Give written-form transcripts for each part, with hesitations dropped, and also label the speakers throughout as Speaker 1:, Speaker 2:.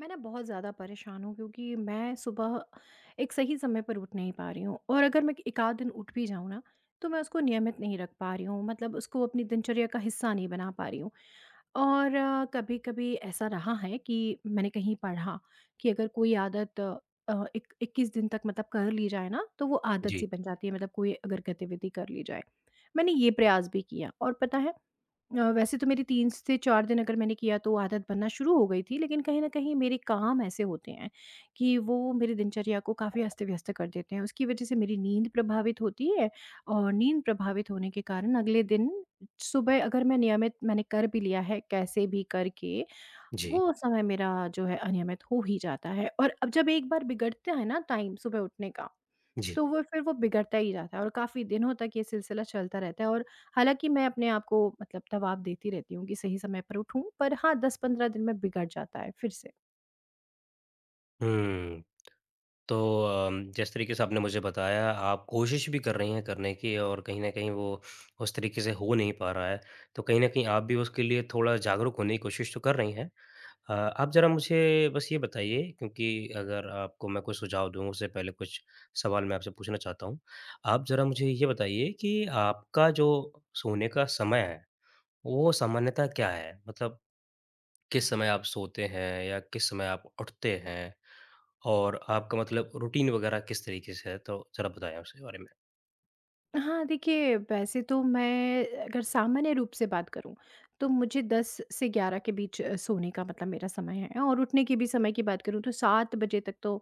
Speaker 1: मैं ना बहुत ज़्यादा परेशान हूँ क्योंकि मैं सुबह एक सही समय पर उठ नहीं पा रही हूँ। और अगर मैं एक आध दिन उठ भी जाऊँ ना, तो मैं उसको नियमित नहीं रख पा रही हूँ, मतलब उसको अपनी दिनचर्या का हिस्सा नहीं बना पा रही हूँ। और कभी कभी ऐसा रहा है कि मैंने कहीं पढ़ा कि अगर कोई आदत एक 21 दिन तक मतलब कर ली जाए ना, तो वो आदत
Speaker 2: जी,
Speaker 1: सी बन जाती है, मतलब कोई अगर गतिविधि कर ली जाए। मैंने ये प्रयास भी किया और पता है, वैसे तो मेरी 3 से 4 दिन अगर मैंने किया तो आदत बनना शुरू हो गई थी, लेकिन कहीं न कहीं मेरे काम ऐसे होते हैं कि वो मेरी दिनचर्या को काफ़ी अस्त-व्यस्त कर देते हैं। उसकी वज़ह से मेरी नींद प्रभावित होती है, और नींद प्रभावित होने के कारण अगले दिन सुबह अगर मैं नियमित मैंने कर भी लिया है कैसे भी करके,
Speaker 2: जी,
Speaker 1: वो समय मेरा जो है अनियमित हो ही जाता है। और अब जब एक बार बिगड़ता है ना टाइम सुबह उठने का,
Speaker 2: जी।
Speaker 1: तो वो फिर वो बिगड़ता ही जाता है, और काफ़ी दिनों तक ये सिलसिला चलता रहता है। और हालाँकि मैं अपने आप को मतलब दबाव देती रहती हूँ कि सही समय पर उठूँ, पर हाँ, 10-15 दिन में बिगड़ जाता है फिर से।
Speaker 2: हुँ, तो जिस तरीके से आपने मुझे बताया आप कोशिश भी कर रही हैं करने की और कहीं न कहीं वो उस तरीके से हो नहीं पा रहा है, तो कहीं न कहीं आप भी उसके लिए थोड़ा जागरूक होने की कोशिश तो कर रही हैं। आप ज़रा मुझे बस ये बताइए क्योंकि अगर आपको मैं कोई सुझाव दूँ उससे पहले कुछ सवाल मैं आपसे पूछना चाहता हूँ। आप ज़रा मुझे ये बताइए कि आपका जो सोने का समय है, वो सामान्यतः क्या है? मतलब किस समय आप सोते हैं या किस समय आप उठते हैं? और आपका मतलब रूटीन वगैरह किस तरीके से है? तो ज़रा बताएँ आप उसके बारे में?
Speaker 1: हाँ, देखिए वैसे तो मैं अगर सामान्य रूप से बात करूँ, तो मुझे 10 से 11 के बीच सोने का मतलब मेरा समय है। और उठने की भी समय की बात करूँ तो 7 बजे तक तो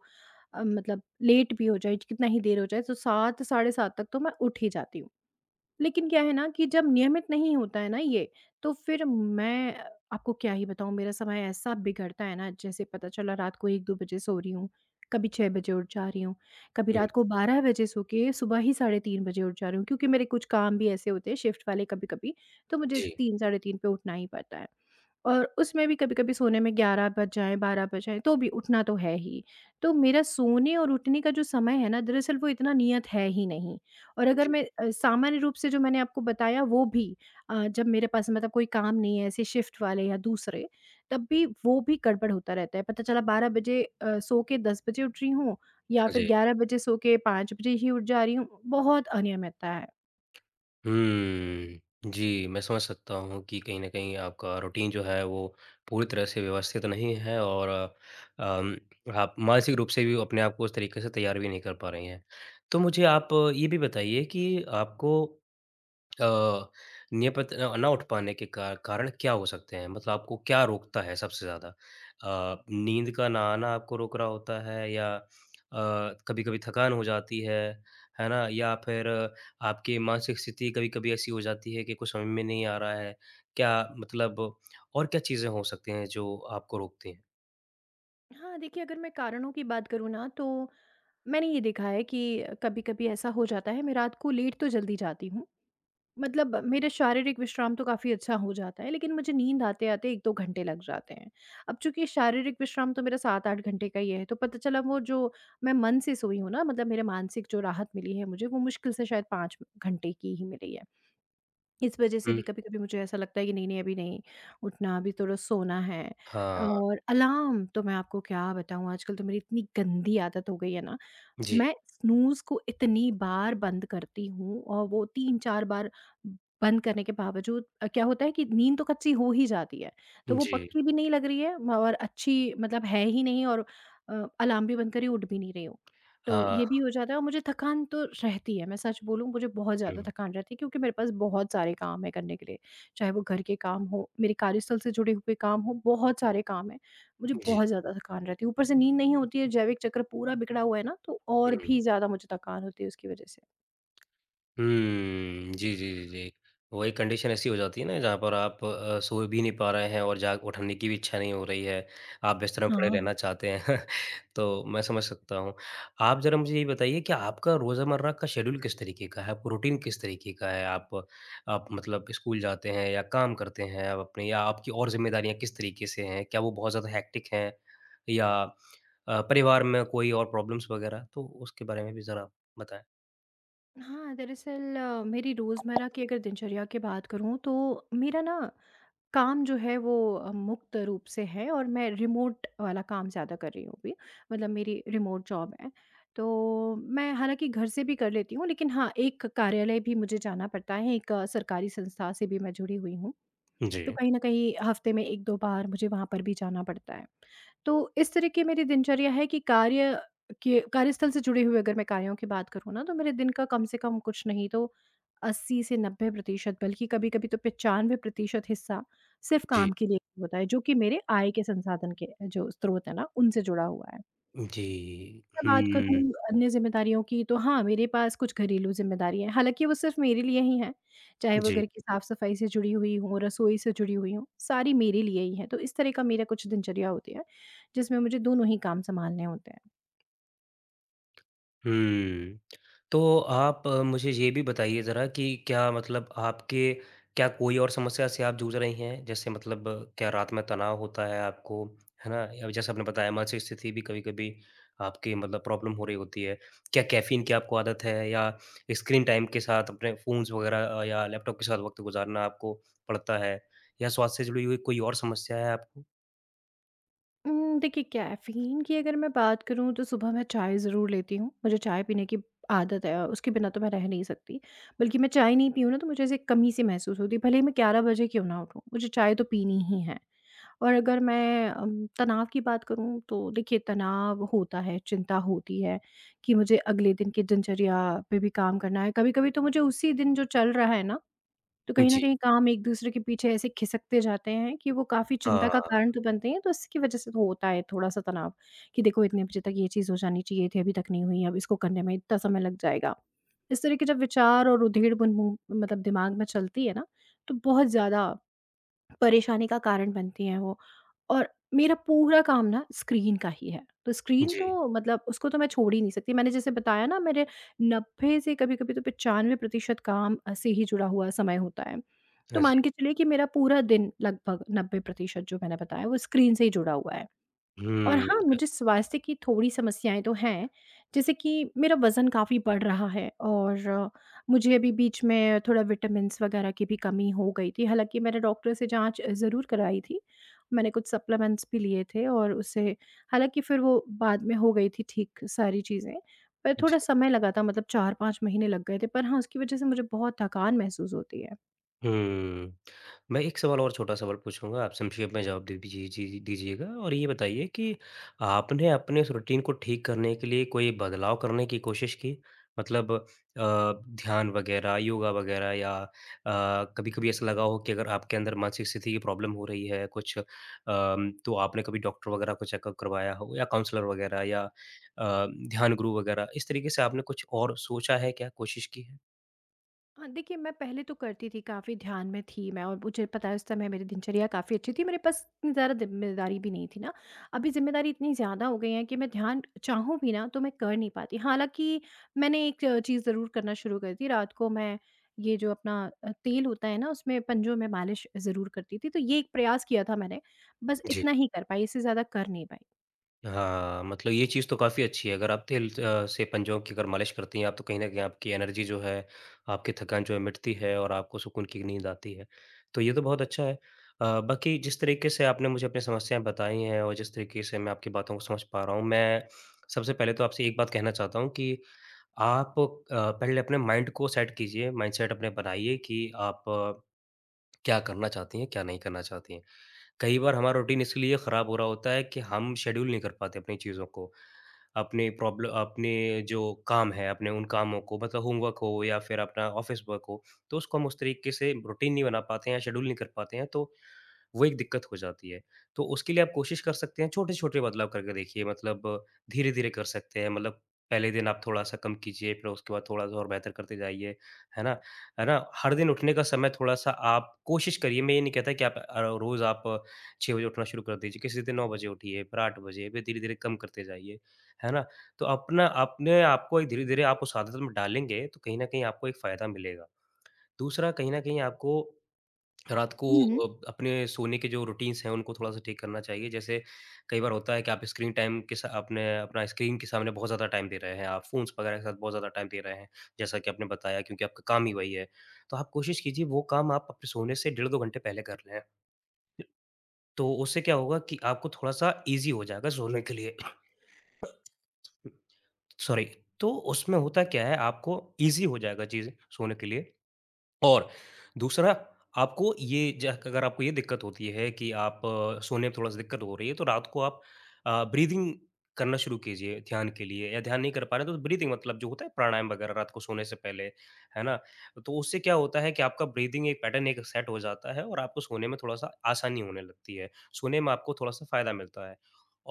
Speaker 1: मतलब लेट भी हो जाए, कितना ही देर हो जाए तो 7 साढ़े 7 तक तो मैं उठ ही जाती हूँ। लेकिन क्या है ना कि जब नियमित नहीं होता है ना ये, तो फिर मैं आपको क्या ही बताऊँ, मेरा समय ऐसा बिगड़ता है ना, जैसे पता चला रात को 1-2 बजे सो रही हूँ, कभी 6 बजे उठ जा रही हूँ, कभी
Speaker 2: हुँ, जी,
Speaker 1: रात को 12 बजे सो के सुबह ही साढ़े 3 बजे उठ जा रही हूँ, क्योंकि मेरे कुछ काम भी ऐसे होते हैं शिफ्ट वाले कभी-कभी, तो मुझे
Speaker 2: जी।
Speaker 1: 3 साढ़े 3 पे उठना ही पड़ता है। और उसमें भी कभी-कभी सोने में 11 बज जाएँ, 12 बज जाएँ, तो भी उठना तो है ही। तो मेरा सोने और उठने का जो समय है ना, दरअसल वो इतना नियत है ही नहीं। और अगर
Speaker 2: जी।
Speaker 1: मैं सामान्य रूप से जो मैंने आपको बताया वो भी, जब मेरे पास मतलब कोई काम नहीं है, ऐसे शिफ्ट वाले या दूसरे, तब भी वो भी गड़बड़ होता रहता है। पता चला 12 बजे सो के 10 बजे उठ रही हूँ, या
Speaker 2: हाँ
Speaker 1: फिर
Speaker 2: जी।
Speaker 1: 11 बजे सो के 5 बजे ही उठ जा रही हूँ, बहुत अनियमितता है।
Speaker 2: हुँ, जी, मैं समझ सकता हूँ कि कहीं न कहीं आपका रूटीन जो है वो पूरी तरह से व्यवस्थित नहीं है और आप मानसिक रूप से भी अपने आप को उस तरीके से तैयार भी नहीं कर पा रही हैं। तो मुझे आप ये भी बताइए कि आपको अ, नियमित ना उठ पाने के का कारण क्या हो सकते हैं? मतलब आपको क्या रोकता है सबसे ज़्यादा? नींद का ना आना आपको रोक रहा होता है या अ, कभी-कभी थकान हो जाती है ना? या फिर आपकी मानसिक स्थिति कभी-कभी ऐसी हो जाती है कि कुछ समझ में नहीं आ रहा है। क्या मतलब और क्या चीज़ें हो सकती हैं जो आपको रोकती हैं?
Speaker 1: हाँ, देखिए अगर मैं कारणों की बात करूँ ना, तो मैंने ये देखा है कि कभी-कभी ऐसा हो जाता है, मैं रात को लेट तो जल्दी जाती हूँ। मतलब मेरा शारीरिक विश्राम तो काफ़ी अच्छा हो जाता है, लेकिन मुझे नींद आते-आते 1-2 घंटे लग जाते हैं। अब चूँकि शारीरिक विश्राम तो मेरा 7-8 घंटे का ही है, तो पता चला वो जो मैं मन से सोई हूँ ना, मतलब मेरे मानसिक जो राहत मिली है मुझे, वो मुश्किल से शायद 5 घंटे की ही मिली है। इस वजह से
Speaker 2: हुँ।
Speaker 1: भी कभी-कभी मुझे ऐसा लगता है कि नहीं-नहीं, अभी नहीं उठना, अभी थोड़ा सोना है।
Speaker 2: हाँ,
Speaker 1: और अलार्म तो मैं आपको क्या बताऊँ, आजकल तो मेरी इतनी गंदी आदत हो गई है ना,
Speaker 2: जी,
Speaker 1: मैं स्नूज़ को इतनी बार बंद करती हूँ और वो 3-4 बार बंद करने के बावजूद क्या होता है कि नींद तो कच्ची हो ही जाती है। तो वो
Speaker 2: जी।
Speaker 1: पक्की भी नहीं लग रही है और अच्छी मतलब है ही नहीं, और अलार्म भी बंद करी उठ भी नहीं रही हूँ। तो
Speaker 2: हाँ,
Speaker 1: ये भी हो जाता है, और मुझे थकान तो रहती है। मैं सच बोलूँ, मुझे बहुत ज़्यादा
Speaker 2: हुँ,
Speaker 1: थकान रहती है क्योंकि मेरे पास बहुत सारे काम हैं करने के लिए। चाहे वो घर के काम हों, मेरे कार्यस्थल से जुड़े हुए काम हों, बहुत सारे काम हैं। मुझे
Speaker 2: जी,
Speaker 1: बहुत ज़्यादा थकान रहती है। ऊपर से नींद नहीं होती है, जैविक चक्र पूरा बिगड़ा हुआ है ना, तो और
Speaker 2: हुँ।
Speaker 1: भी ज़्यादा मुझे थकान होती है उसकी वजह से।
Speaker 2: हुँ। जी, जी, जी, जी। वही कंडीशन ऐसी हो जाती है ना जहाँ पर आप सो भी नहीं पा रहे हैं और जाग उठने की भी इच्छा नहीं हो रही है। आप बिस्तर में पड़े
Speaker 1: हाँ।
Speaker 2: रहना चाहते हैं। तो मैं समझ सकता हूँ। आप ज़रा मुझे ये बताइए कि आपका रोज़मर्रा का शेड्यूल किस तरीके का है? आपका रूटीन किस तरीके का है? आप मतलब स्कूल जाते हैं या काम करते हैं आप अपने या आपकी और ज़िम्मेदारियाँ किस तरीके से हैं? क्या वो बहुत ज़्यादा हेक्टिक हैं? या परिवार में कोई और प्रॉब्लम्स वग़ैरह? तो उसके बारे में भी ज़रा बताएँ।
Speaker 1: हाँ, दरअसल मेरी रोज़मर्रा की अगर दिनचर्या की बात करूँ, तो मेरा ना काम जो है वो मुक्त रूप से है, और मैं रिमोट वाला काम ज़्यादा कर रही हूँ अभी। मतलब मेरी रिमोट जॉब है। तो मैं हालाँकि घर से भी कर लेती हूँ, लेकिन हाँ, एक कार्यालय भी मुझे जाना पड़ता है, एक सरकारी संस्था से भी मैं जुड़ी हुई हूँ। तो
Speaker 2: जी।
Speaker 1: कहीं न कहीं हफ्ते में 1-2 बार मुझे वहाँ पर भी जाना पड़ता है। तो इस तरह की मेरी दिनचर्या है कि कार्यस्थल से जुड़े हुए अगर मैं कार्यों की बात करूँ ना, तो मेरे दिन का कम से कम कुछ नहीं तो 80 से 90% बल्कि कभी-कभी तो 95% हिस्सा सिर्फ
Speaker 2: जी।
Speaker 1: काम के लिए होता है, जो कि मेरे आय के संसाधन के जो स्रोत है ना, उनसे जुड़ा हुआ है।
Speaker 2: जी।
Speaker 1: मैं बात करूँ
Speaker 2: हुँ।
Speaker 1: अन्य ज़िम्मेदारियों की तो हाँ, मेरे पास कुछ घरेलू ज़िम्मेदारियाँ हैं, हालाँकि वो सिर्फ़ मेरे लिए ही हैं, चाहे वो
Speaker 2: जी।
Speaker 1: घर की साफ़-सफ़ाई से जुड़ी हुई हों, रसोई से जुड़ी हुई हों, सारी मेरे लिए ही हैं। तो इस तरह का मेरा कुछ दिनचर्या होती है, जिसमें मुझे दोनों ही काम सँभालने होते हैं।
Speaker 2: हुँ। तो आप मुझे ये भी बताइए ज़रा कि क्या मतलब आपके क्या कोई और समस्या से आप जूझ रही हैं? जैसे मतलब क्या रात में तनाव होता है आपको, है ना? या जैसे आपने बताया मानसिक स्थिति भी कभी-कभी आपकी मतलब प्रॉब्लम हो रही होती है। क्या कैफ़ीन की आपको आदत है या स्क्रीन टाइम के साथ अपने फ़ोन्स वग़ैरह या लैपटॉप के साथ वक़्त गुज़ारना आपको पड़ता है? या स्वास्थ्य से जुड़ी हुई कोई और समस्या है आपको?
Speaker 1: देखिए कैफ़ीन की अगर मैं बात करूँ तो सुबह मैं चाय ज़रूर लेती हूँ। मुझे चाय पीने की आदत है, उसके बिना तो मैं रह नहीं सकती। बल्कि मैं चाय नहीं पीऊँ ना तो मुझे ऐसे कमी-सी महसूस होती है, भले ही मैं 11 बजे क्यों ना उठूँ, मुझे चाय तो पीनी ही है। और अगर मैं तनाव की बात करूँ तो देखिए तनाव होता है, चिंता होती है कि मुझे अगले दिन की दिनचर्या पे भी काम करना है। कभी-कभी तो मुझे उसी दिन जो चल रहा है ना, तो कहीं न
Speaker 2: जी।
Speaker 1: कहीं काम एक-दूसरे के पीछे ऐसे खिसकते जाते हैं कि वो काफ़ी चिंता का कारण
Speaker 2: हाँ।
Speaker 1: तो बनते हैं, तो इसकी वज़ह से तो होता है थोड़ा-सा तनाव कि देखो इतने बजे तक ये चीज़ हो जानी चाहिए थी, अभी तक नहीं हुई, अब इसको करने में इतना समय लग जाएगा। इस तरह के जब विचार और उधेड़-बुन मुँह मतलब दिमाग में चलती है ना, तो बहुत ज़्यादा परेशानी का कारण बनती हैं वो। और मेरा पूरा काम ना स्क्रीन का ही है। तो स्क्रीन
Speaker 2: जी।
Speaker 1: तो मतलब उसको तो मैं छोड़ ही नहीं सकती। मैंने जैसे बताया ना, मेरे 90 से कभी-कभी तो 95% काम से ही जुड़ा हुआ समय होता है। तो
Speaker 2: हाँ
Speaker 1: मान
Speaker 2: जी।
Speaker 1: के चलिए कि मेरा पूरा दिन लगभग 90% जो मैंने बताया वो स्क्रीन से ही जुड़ा हुआ है। और
Speaker 2: हुँ,
Speaker 1: हाँ, मुझे स्वास्थ्य की थोड़ी समस्याएँ तो हैं, जैसे कि मेरा वज़न काफ़ी बढ़ रहा है, और मुझे अभी बीच में थोड़ा विटामिन्स वगैरह की भी कमी हो गई थी। हालाँकि मैंने डॉक्टर से जाँच ज़रूर कराई थी, मैंने कुछ सप्लीमेंट्स भी लिए थे, और उससे हालाँकि फिर वो बाद में हो गई थी ठीक सारी चीज़ें, पर थोड़ा समय लगा था, मतलब 4-5 महीने लग गए थे। पर हाँ, उसकी वज़ह से मुझे बहुत थकान महसूस होती है।
Speaker 2: हुँ। मैं एक सवाल और छोटा सवाल पूछूँगा, आप संक्षेप में जवाब दे दीजिए जी दीजिएगा और ये बताइए कि आपने अपने उस रूटीन को ठीक करने के लिए कोई बदलाव करने की कोशिश की? मतलब ध्यान वग़ैरह, योगा वग़ैरह या कभी-कभी ऐसा लगा हो कि अगर आपके अंदर मानसिक स्थिति की प्रॉब्लम हो रही है कुछ तो आपने कभी डॉक्टर वग़ैरह को चेकअप करवाया हो या काउंसलर वग़ैरह या ध्यान गुरु वग़ैरह, इस तरीके से आपने कुछ और सोचा है क्या, कोशिश की है?
Speaker 1: हाँ, देखिए मैं पहले तो करती थी, काफ़ी ध्यान में थी मैं और मुझे पता है उस समय मेरी दिनचर्या काफ़ी अच्छी थी, मेरे पास इतनी ज़्यादा ज़िम्मेदारी भी नहीं थी ना। अभी ज़िम्मेदारी इतनी ज़्यादा हो गई है कि मैं ध्यान चाहूँ भी ना तो मैं कर नहीं पाती। हालाँकि मैंने एक चीज़ ज़रूर करना शुरू कर दी, रात को मैं ये जो अपना तेल होता है ना उसमें पंजों में मालिश ज़रूर करती थी, तो ये एक प्रयास किया था मैंने, बस
Speaker 2: जी।
Speaker 1: इतना ही कर पाई, इससे ज़्यादा कर नहीं पाई।
Speaker 2: हाँ, मतलब ये चीज़ तो काफ़ी अच्छी है। अगर आप तेल से पंजों की अगर मालिश करती हैं आप तो कहीं न कहीं आपकी एनर्जी जो है, आपकी थकान जो है मिटती है और आपको सुकून की नींद आती है। तो ये तो बहुत अच्छा है। बाकी जिस तरीके से आपने मुझे अपनी समस्याएँ बताई हैं और जिस तरीके से मैं आपकी बातों को समझ पा रहा हूँ, मैं सबसे पहले तो आपसे एक बात कहना चाहता हूँ कि आप पहले अपने माइंड को सेट कीजिए, माइंडसेट अपने बनाइए कि आप क्या करना चाहती हैं, क्या नहीं करना चाहती हैं। कई बार हमारा रूटीन इसलिए ख़राब हो रहा होता है कि हम शेड्यूल नहीं कर पाते अपनी चीज़ों को, अपनी प्रॉब्लम अपने जो काम है, अपने उन कामों को मतलब होमवर्क हो या फिर अपना ऑफ़िस वर्क हो, तो उसको हम उस तरीके से रूटीन नहीं बना पाते हैं या शेड्यूल नहीं कर पाते हैं तो वो एक दिक्कत हो जाती है। तो उसके लिए आप कोशिश कर सकते हैं छोटे-छोटे बदलाव करके देखिए मतलब धीरे-धीरे कर सकते हैं। मतलब पहले दिन आप थोड़ा-सा कम कीजिए, फिर उसके बाद थोड़ा-सा और बेहतर करते जाइए, है ना? है ना? हर दिन उठने का समय थोड़ा-सा आप कोशिश करिए, मैं ये नहीं कहता कि आप रोज़ आप 6 बजे उठना शुरू कर दीजिए, किसी दिन 9 बजे उठिए, फिर 8 बजे, फिर धीरे-धीरे कम करते जाइए, है ना? तो अपना अपने आपको एक धीरे-धीरे आप उस आदत में डालेंगे, तो कहीं न कहीं आपको एक फ़ायदा मिलेगा। दूसरा, कहीं न कहीं आपको रात को
Speaker 1: हुँ, हुँ।
Speaker 2: अपने सोने के जो रूटीन्स हैं, उनको थोड़ा-सा ठीक करना चाहिए। जैसे कई बार होता है कि आप स्क्रीन टाइम के सा आपने अपना स्क्रीन के सामने बहुत ज़्यादा टाइम दे रहे हैं, आप फ़ोन्स वगैरह के साथ बहुत ज़्यादा टाइम दे रहे हैं, जैसा कि आपने बताया क्योंकि आपका काम ही वही है। तो आप कोशिश कीजिए वो काम आप अपने सोने से डेढ़ 2 घंटे पहले कर लें। तो उससे क्या होगा कि आपको थोड़ा-सा ईज़ी हो जाएगा सोने के लिए। सॉरी। तो उसमें होता क्या है आपको ईज़ी हो जाएगा चीज़ें सोने के लिए। और दूसरा आपको ये ज अगर आपको ये दिक्कत होती है कि आप सोने में थोड़ा-सा दिक्कत हो रही है, तो रात को आप ब्रीथिंग करना शुरू कीजिए ध्यान के लिए या ध्यान नहीं कर पा रहे हैं, तो ब्रीथिंग मतलब जो होता है प्राणायाम वगैरह रात को सोने से पहले, है ना? तो उससे क्या होता है कि आपका ब्रीथिंग एक पैटर्न एक सेट हो जाता है और आपको सोने में थोड़ा-सा आसानी होने लगती है। सोने में आपको थोड़ा-सा फ़ायदा मिलता है।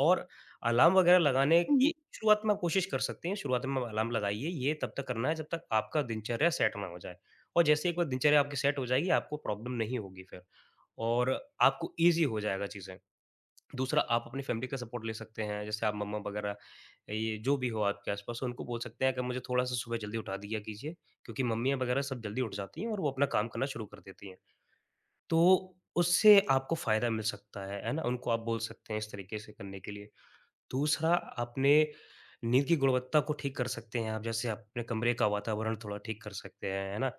Speaker 2: और अलार्म वगैरह लगाने
Speaker 1: हुँ, हुँ।
Speaker 2: की शुरुआत में आप कोशिश कर सकते हैं, शुरुआत में अलार्म लगाइए, ये तब तक करना है जब तक आपका दिनचर्या सेट ना हो जाए। और जैसे एक बार दिनचर्या आपकी सेट हो जाएगी, आपको प्रॉब्लम नहीं होगी फिर और आपको ईज़ी हो जाएगा चीज़ें। दूसरा आप अपनी फ़ैमिली का सपोर्ट ले सकते हैं, जैसे आप मम्मा वगैरह ये जो भी हो आपके आस-पास उनको बोल सकते हैं कि मुझे थोड़ा-सा सुबह जल्दी उठा दिया कीजिए, क्योंकि मम्मियाँ वगैरह सब जल्दी उठ जाती हैं और वो अपना काम करना शुरू कर देती हैं। तो उससे आपको फ़ायदा मिल सकता है ना? उनको आप बोल सकते हैं इस तरीके से करने के लिए। दूसरा अपने नींद की गुणवत्ता को ठीक कर सकते हैं आप, जैसे अपने कमरे का वातावरण थोड़ा ठीक कर सकते हैं, है ना?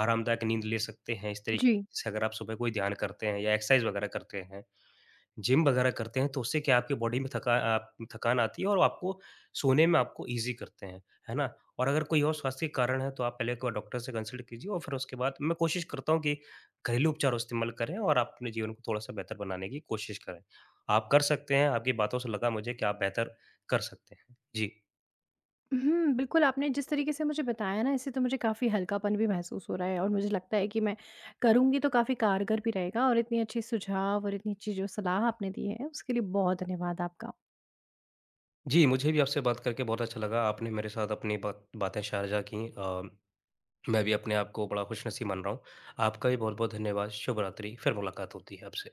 Speaker 2: आरामदायक नींद ले सकते हैं, इस तरीके
Speaker 1: जी।
Speaker 2: से अगर आप सुबह कोई ध्यान करते हैं या एक्सरसाइज़ वगैरह करते हैं। जिम वगैरह करते हैं तो उससे क्या है आपकी बॉडी में थका आप थकान आती है और आपको सोने में आपको ईज़ी करते हैं, है ना? और अगर कोई और स्वास्थ्य के कारण है तो आप पहले एक बार डॉक्टर से कंसल्ट कीजिए और फिर उसके बाद मैं कोशिश करता हूँ कि घरेलू उपचार इस्तेमाल करें और आप अपने जीवन को थोड़ा-सा बेहतर बनाने की कोशिश करें। आप कर सकते हैं, आपकी बातों से लगा मुझे कि आप बेहतर कर सकते हैं। जी।
Speaker 1: हुँ, बिल्कुल, आपने जिस तरीके से मुझे बताया ना, इससे तो मुझे काफ़ी हल्कापन भी महसूस हो रहा है, और मुझे लगता है कि मैं करूँगी तो काफ़ी कारगर भी रहेगा, और इतनी अच्छी सुझाव और इतनी अच्छी जो सलाह आपने दी है, उसके लिए बहुत धन्यवाद आपका।
Speaker 2: जी, मुझे भी आपसे बात करके बहुत अच्छा लगा। आपने मेरे साथ अपनी बातें साझा की मैं भी अपने आप को बड़ा खुशनसीब मान रहा हूँ। आपका भी बहुत-बहुत धन्यवाद। शुभ रात्रि, फिर मुलाकात होती है आपसे।